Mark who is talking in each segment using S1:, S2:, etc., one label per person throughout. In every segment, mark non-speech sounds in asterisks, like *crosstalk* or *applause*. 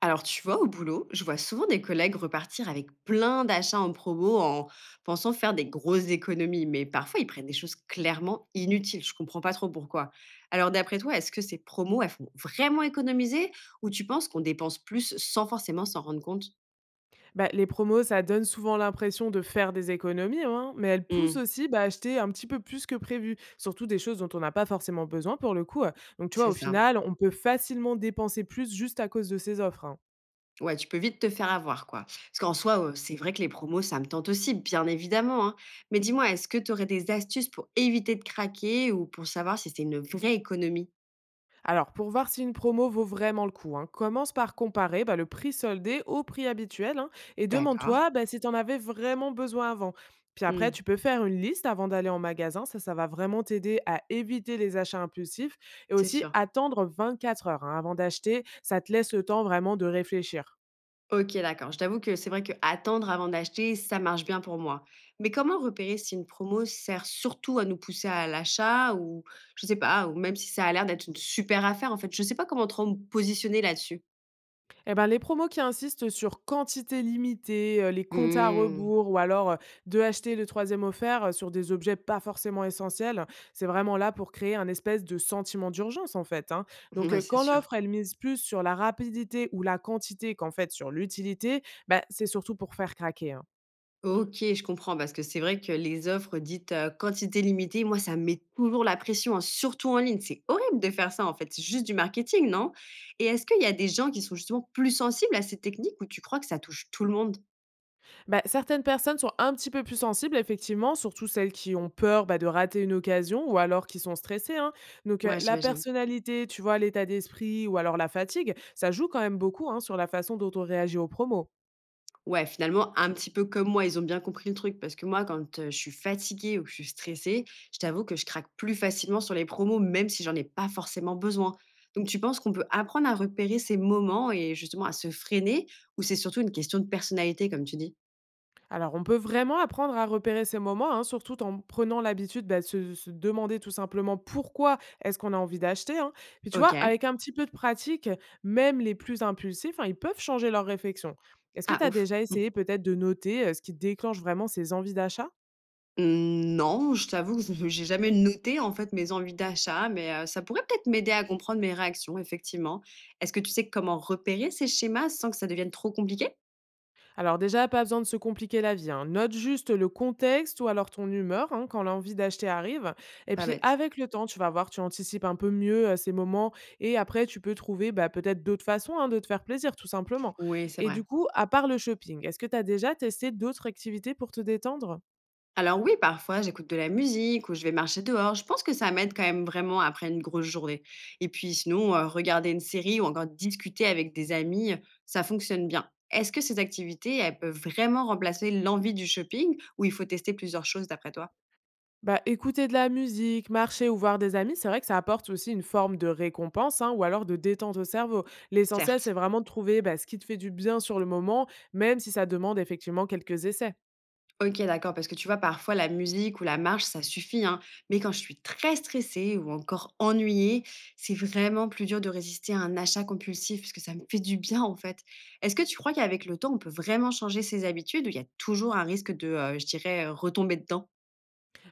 S1: Alors, tu vois, au boulot, je vois souvent des collègues repartir avec plein d'achats en promo en pensant faire des grosses économies, mais parfois ils prennent des choses clairement inutiles. Je comprends pas trop pourquoi. Alors, d'après toi, est-ce que ces promos, elles font vraiment économiser ou tu penses qu'on dépense plus sans forcément s'en rendre compte?
S2: Les promos, ça donne souvent l'impression de faire des économies, hein, mais elles poussent
S1: Hmm.
S2: aussi à acheter un petit peu plus que prévu, surtout des choses dont on n'a pas forcément besoin pour le coup. Donc, tu vois,
S1: C'est
S2: au
S1: ça.
S2: final, on peut facilement dépenser plus juste à cause de ces offres, hein.
S1: Ouais, tu peux vite te faire avoir, quoi. Parce qu'en soi, c'est vrai que les promos, ça me tente aussi, bien évidemment, hein. Mais dis-moi, est-ce que tu aurais des astuces pour éviter de craquer ou pour savoir si c'est une vraie économie?
S2: Alors, pour voir si une promo vaut vraiment le coup, hein, commence par comparer le prix soldé au prix habituel, hein, et
S1: D'accord.
S2: demande-toi si tu en avais vraiment besoin avant. Puis après, tu peux faire une liste avant d'aller en magasin. Ça va vraiment t'aider à éviter les achats impulsifs, et
S1: C'est
S2: aussi
S1: sûr.
S2: attendre 24 heures hein, avant d'acheter. Ça te laisse le temps vraiment de réfléchir.
S1: OK, d'accord. Je t'avoue que c'est vrai que attendre avant d'acheter, ça marche bien pour moi. Mais comment repérer si une promo sert surtout à nous pousser à l'achat ou je sais pas, ou même si ça a l'air d'être une super affaire en fait? Je sais pas comment trop me positionner là-dessus.
S2: Eh ben, les promos qui insistent sur quantité limitée, les comptes à
S1: Mmh.
S2: rebours ou alors, 2 achetés, le troisième offert, sur des objets pas forcément essentiels, c'est vraiment là pour créer un espèce de sentiment d'urgence, en fait, hein.
S1: *laughs*
S2: Donc,
S1: Ouais, c'est
S2: quand
S1: sûr.
S2: l'offre, elle mise plus sur la rapidité ou la quantité qu'en fait sur l'utilité, c'est surtout pour faire craquer, hein.
S1: OK, je comprends parce que c'est vrai que les offres dites, quantité limitée, moi ça me met toujours la pression, hein, surtout en ligne. C'est horrible de faire ça en fait, c'est juste du marketing, non? Et est-ce qu'il y a des gens qui sont justement plus sensibles à ces techniques ou tu crois que ça touche tout le monde?
S2: Bah, certaines personnes sont un petit peu plus sensibles, effectivement, surtout celles qui ont peur de rater une occasion ou alors qui sont stressées, hein. Donc,
S1: Ouais,
S2: la
S1: j'imagine.
S2: personnalité, tu vois, l'état d'esprit ou alors la fatigue, ça joue quand même beaucoup hein, sur la façon dont on réagit aux promos.
S1: Ouais, finalement, un petit peu comme moi, ils ont bien compris le truc parce que moi, quand, je suis fatiguée ou que je suis stressée, je t'avoue que je craque plus facilement sur les promos, même si j'en ai pas forcément besoin. Donc tu penses qu'on peut apprendre à repérer ces moments et justement à se freiner ou c'est surtout une question de personnalité comme tu dis?
S2: Alors, on peut vraiment apprendre à repérer ces moments, hein, surtout en prenant l'habitude de se demander tout simplement pourquoi est-ce qu'on a envie d'acheter, hein. Puis tu vois,
S1: OK.
S2: avec un petit peu de pratique, même les plus impulsifs, hein, ils peuvent changer leur réflexion. Est-ce que
S1: Ah
S2: tu as
S1: ouf.
S2: déjà
S1: Mmh.
S2: essayé peut-être de noter ce qui déclenche vraiment ces envies d'achat?
S1: Mmh, non, je t'avoue que je j'ai jamais noté en fait mes envies d'achat, mais, ça pourrait peut-être m'aider à comprendre mes réactions effectivement. Est-ce que tu sais comment repérer ces schémas sans que ça devienne trop compliqué?
S2: Alors déjà, pas besoin de se compliquer la vie, hein. Note juste le contexte ou alors ton humeur hein, quand l'envie d'acheter arrive. Et
S1: Pas
S2: puis
S1: bête.
S2: avec le temps, tu vas voir, tu anticipes un peu mieux ces moments, et après, tu peux trouver peut-être d'autres façons hein, de te faire plaisir, tout simplement.
S1: Oui, c'est
S2: Et
S1: vrai.
S2: du coup, à part le shopping, est-ce que tu as déjà testé d'autres activités pour te détendre?
S1: Alors oui, parfois, j'écoute de la musique ou je vais marcher dehors. Je pense que ça m'aide quand même vraiment après une grosse journée. Et puis sinon, regarder une série ou encore discuter avec des amis, ça fonctionne bien. Est-ce que ces activités, elles peuvent vraiment remplacer l'envie du shopping ou il faut tester plusieurs choses d'après toi?
S2: Écouter de la musique, marcher ou voir des amis, c'est vrai que ça apporte aussi une forme de récompense hein, ou alors de détente au cerveau. L'essentiel,
S1: Certes.
S2: c'est vraiment de trouver ce qui te fait du bien sur le moment, même si ça demande effectivement quelques essais.
S1: OK, d'accord, parce que tu vois, parfois, la musique ou la marche, ça suffit, hein. Mais quand je suis très stressée ou encore ennuyée, c'est vraiment plus dur de résister à un achat compulsif parce que ça me fait du bien, en fait. Est-ce que tu crois qu'avec le temps, on peut vraiment changer ses habitudes ou il y a toujours un risque de, je dirais, retomber dedans?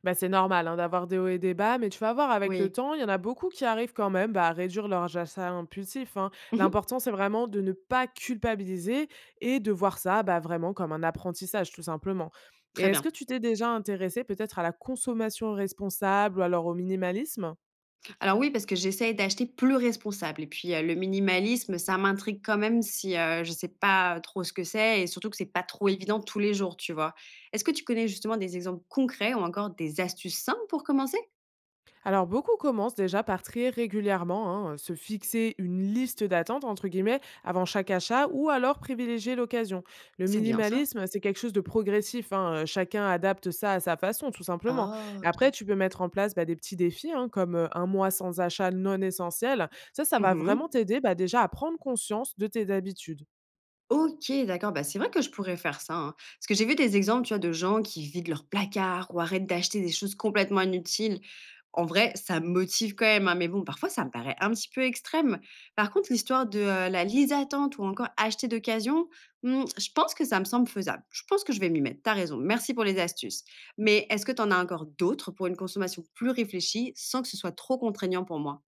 S2: Bah, c'est normal hein, d'avoir des hauts et des bas, mais tu vas voir avec le
S1: Oui.
S2: temps, il y en a beaucoup qui arrivent quand même à réduire leur achats impulsif, hein.
S1: Mmh.
S2: L'important, c'est vraiment de ne pas culpabiliser et de voir ça vraiment comme un apprentissage, tout simplement. Et
S1: Très
S2: est-ce que
S1: bien.
S2: tu t'es déjà intéressé peut-être à la consommation responsable ou alors au minimalisme?
S1: Alors oui, parce que j'essaye d'acheter plus responsable et puis, le minimalisme, ça m'intrigue quand même si, je ne sais pas trop ce que c'est et surtout que c'est pas trop évident tous les jours, tu vois? Est-ce que tu connais justement des exemples concrets ou encore des astuces simples pour commencer?
S2: Alors beaucoup commencent déjà par trier régulièrement, hein, se fixer une liste d'attente entre guillemets avant chaque achat ou alors privilégier l'occasion. Le
S1: C'est bien ça.
S2: minimalisme, c'est quelque chose de progressif, hein, chacun adapte ça à sa façon, tout simplement.
S1: Ah
S2: Après,
S1: OK.
S2: tu peux mettre en place des petits défis hein, comme un mois sans achat non essentiel. Ça va vraiment
S1: Mmh.
S2: t'aider déjà à prendre conscience de tes habitudes.
S1: OK, d'accord. Bah, c'est vrai que je pourrais faire ça, hein. Parce que j'ai vu des exemples, tu vois, de gens qui vident leur placard ou arrêtent d'acheter des choses complètement inutiles. En vrai, ça me motive quand même, hein, mais bon, parfois, ça me paraît un petit peu extrême. Par contre, l'histoire de, la liste d'attente ou encore acheter d'occasion, mmh, je pense que ça me semble faisable. Je pense que je vais m'y mettre. T'as raison. Merci pour les astuces. Mais est-ce que t'en as encore d'autres pour une consommation plus réfléchie sans que ce soit trop contraignant pour moi?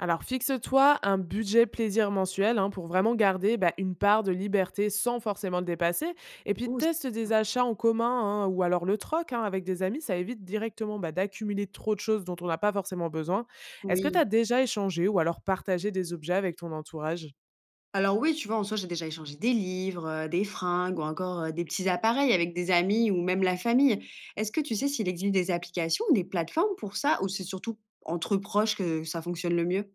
S2: Alors fixe-toi un budget plaisir mensuel hein, pour vraiment garder une part de liberté sans forcément le dépasser. Et puis
S1: Oh, c'est
S2: teste
S1: bien
S2: des
S1: ça.
S2: achats en commun hein, ou alors le troc hein, avec des amis. Ça évite directement d'accumuler trop de choses dont on n'a pas forcément besoin. Est-ce que tu
S1: Oui.
S2: as déjà échangé ou alors partagé des objets avec ton entourage?
S1: Alors oui, tu vois, en soi, j'ai déjà échangé des livres, des fringues ou encore, des petits appareils avec des amis ou même la famille. Est-ce que tu sais s'il existe des applications ou des plateformes pour ça ou c'est surtout entre proches que ça fonctionne le mieux?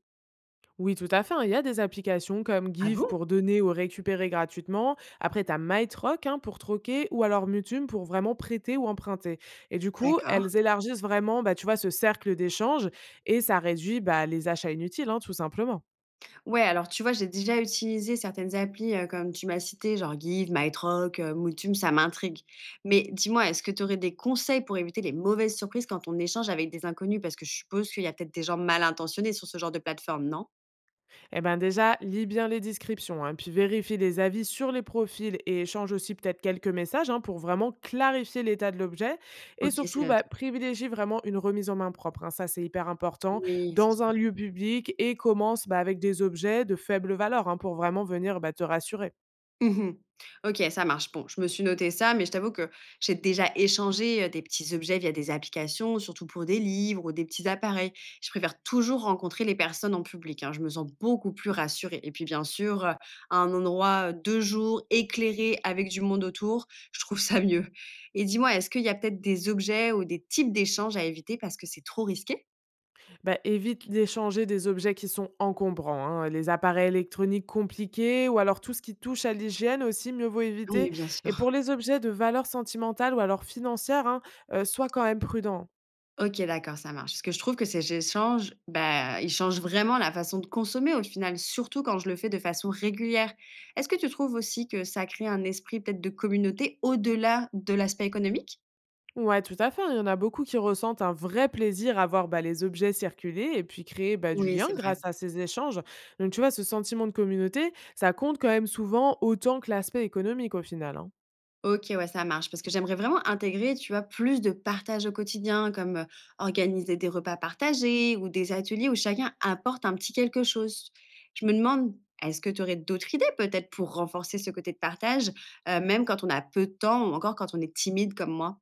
S2: Oui, tout à fait, hein. Il y a des applications comme
S1: Ah
S2: Give
S1: bon?
S2: pour donner ou récupérer gratuitement. Après, tu as MyTroc hein, pour troquer ou alors Mutum pour vraiment prêter ou emprunter. Et du coup,
S1: D'accord.
S2: elles élargissent vraiment, tu vois, ce cercle d'échange, et ça réduit les achats inutiles, hein, tout simplement.
S1: Ouais, alors tu vois, j'ai déjà utilisé certaines applis, comme tu m'as cité, genre Give, MyTroc, Moutum, ça m'intrigue. Mais dis-moi, est-ce que tu aurais des conseils pour éviter les mauvaises surprises quand on échange avec des inconnus? Parce que je suppose qu'il y a peut-être des gens mal intentionnés sur ce genre de plateforme, non?
S2: Eh ben déjà, lis bien les descriptions, hein, puis vérifie les avis sur les profils et échange aussi peut-être quelques messages hein, pour vraiment clarifier l'état de l'objet. Et
S1: OK, c'est
S2: surtout,
S1: noté.
S2: privilégie vraiment une remise en main propre, hein, ça, c'est hyper important
S1: Oui, c'est
S2: dans
S1: sûr.
S2: un lieu public, et commence avec des objets de faible valeur hein, pour vraiment venir te rassurer.
S1: Mmh. OK, ça marche. Bon, je me suis noté ça, mais je t'avoue que j'ai déjà échangé, des petits objets via des applications, surtout pour des livres ou des petits appareils. Je préfère toujours rencontrer les personnes en public, hein, je me sens beaucoup plus rassurée et puis, bien sûr, à un endroit, de jour, éclairé, avec du monde autour, je trouve ça mieux. Et dis-moi, est-ce qu'il y a peut-être des objets ou des types d'échanges à éviter parce que c'est trop risqué?
S2: Bah, évite d'échanger des objets qui sont encombrants, hein, les appareils électroniques compliqués ou alors tout ce qui touche à l'hygiène aussi, mieux vaut
S1: Oui,
S2: éviter.
S1: bien
S2: Et
S1: sûr.
S2: pour les objets de valeur sentimentale ou alors financière, hein, sois quand même prudent.
S1: OK, d'accord, ça marche. Parce que je trouve que ces échanges, bah, ils changent vraiment la façon de consommer au final, surtout quand je le fais de façon régulière. Est-ce que tu trouves aussi que ça crée un esprit peut-être de communauté au-delà de l'aspect économique?
S2: Ouais, tout à fait, hein. Il y en a beaucoup qui ressentent un vrai plaisir à voir les objets circuler et puis créer du
S1: Oui,
S2: lien
S1: c'est vrai.
S2: grâce à ces échanges. Donc, tu vois, ce sentiment de communauté, ça compte quand même souvent autant que l'aspect économique au final, hein.
S1: OK, ouais, ça marche parce que j'aimerais vraiment intégrer, tu vois, plus de partage au quotidien comme, organiser des repas partagés ou des ateliers où chacun apporte un petit quelque chose. Je me demande, est-ce que tu aurais d'autres idées peut-être pour renforcer ce côté de partage, même quand on a peu de temps ou encore quand on est timide comme moi?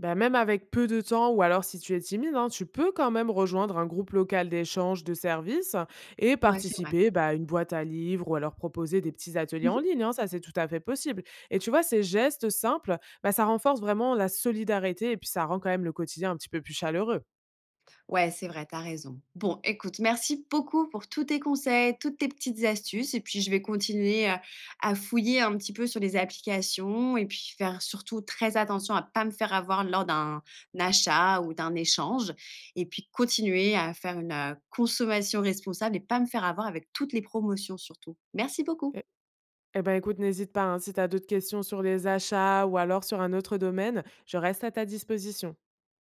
S2: Bah, même avec peu de temps ou alors si tu es timide, hein, tu peux quand même rejoindre un groupe local d'échange de services et
S1: Ouais, c'est vrai.
S2: participer à une boîte à livres ou alors proposer des petits ateliers en ligne, hein, ça, c'est tout à fait possible. Et tu vois, ces gestes simples, ça renforce vraiment la solidarité et puis ça rend quand même le quotidien un petit peu plus chaleureux.
S1: Ouais, c'est vrai, t'as raison. Bon, écoute, merci beaucoup pour tous tes conseils, toutes tes petites astuces. Et puis, je vais continuer à fouiller un petit peu sur les applications et puis faire surtout très attention à pas me faire avoir lors d'un achat ou d'un échange. Et puis, continuer à faire une consommation responsable et pas me faire avoir avec toutes les promotions surtout. Merci beaucoup.
S2: Eh ben, écoute, n'hésite pas, hein, si tu as d'autres questions sur les achats ou alors sur un autre domaine, je reste à ta disposition.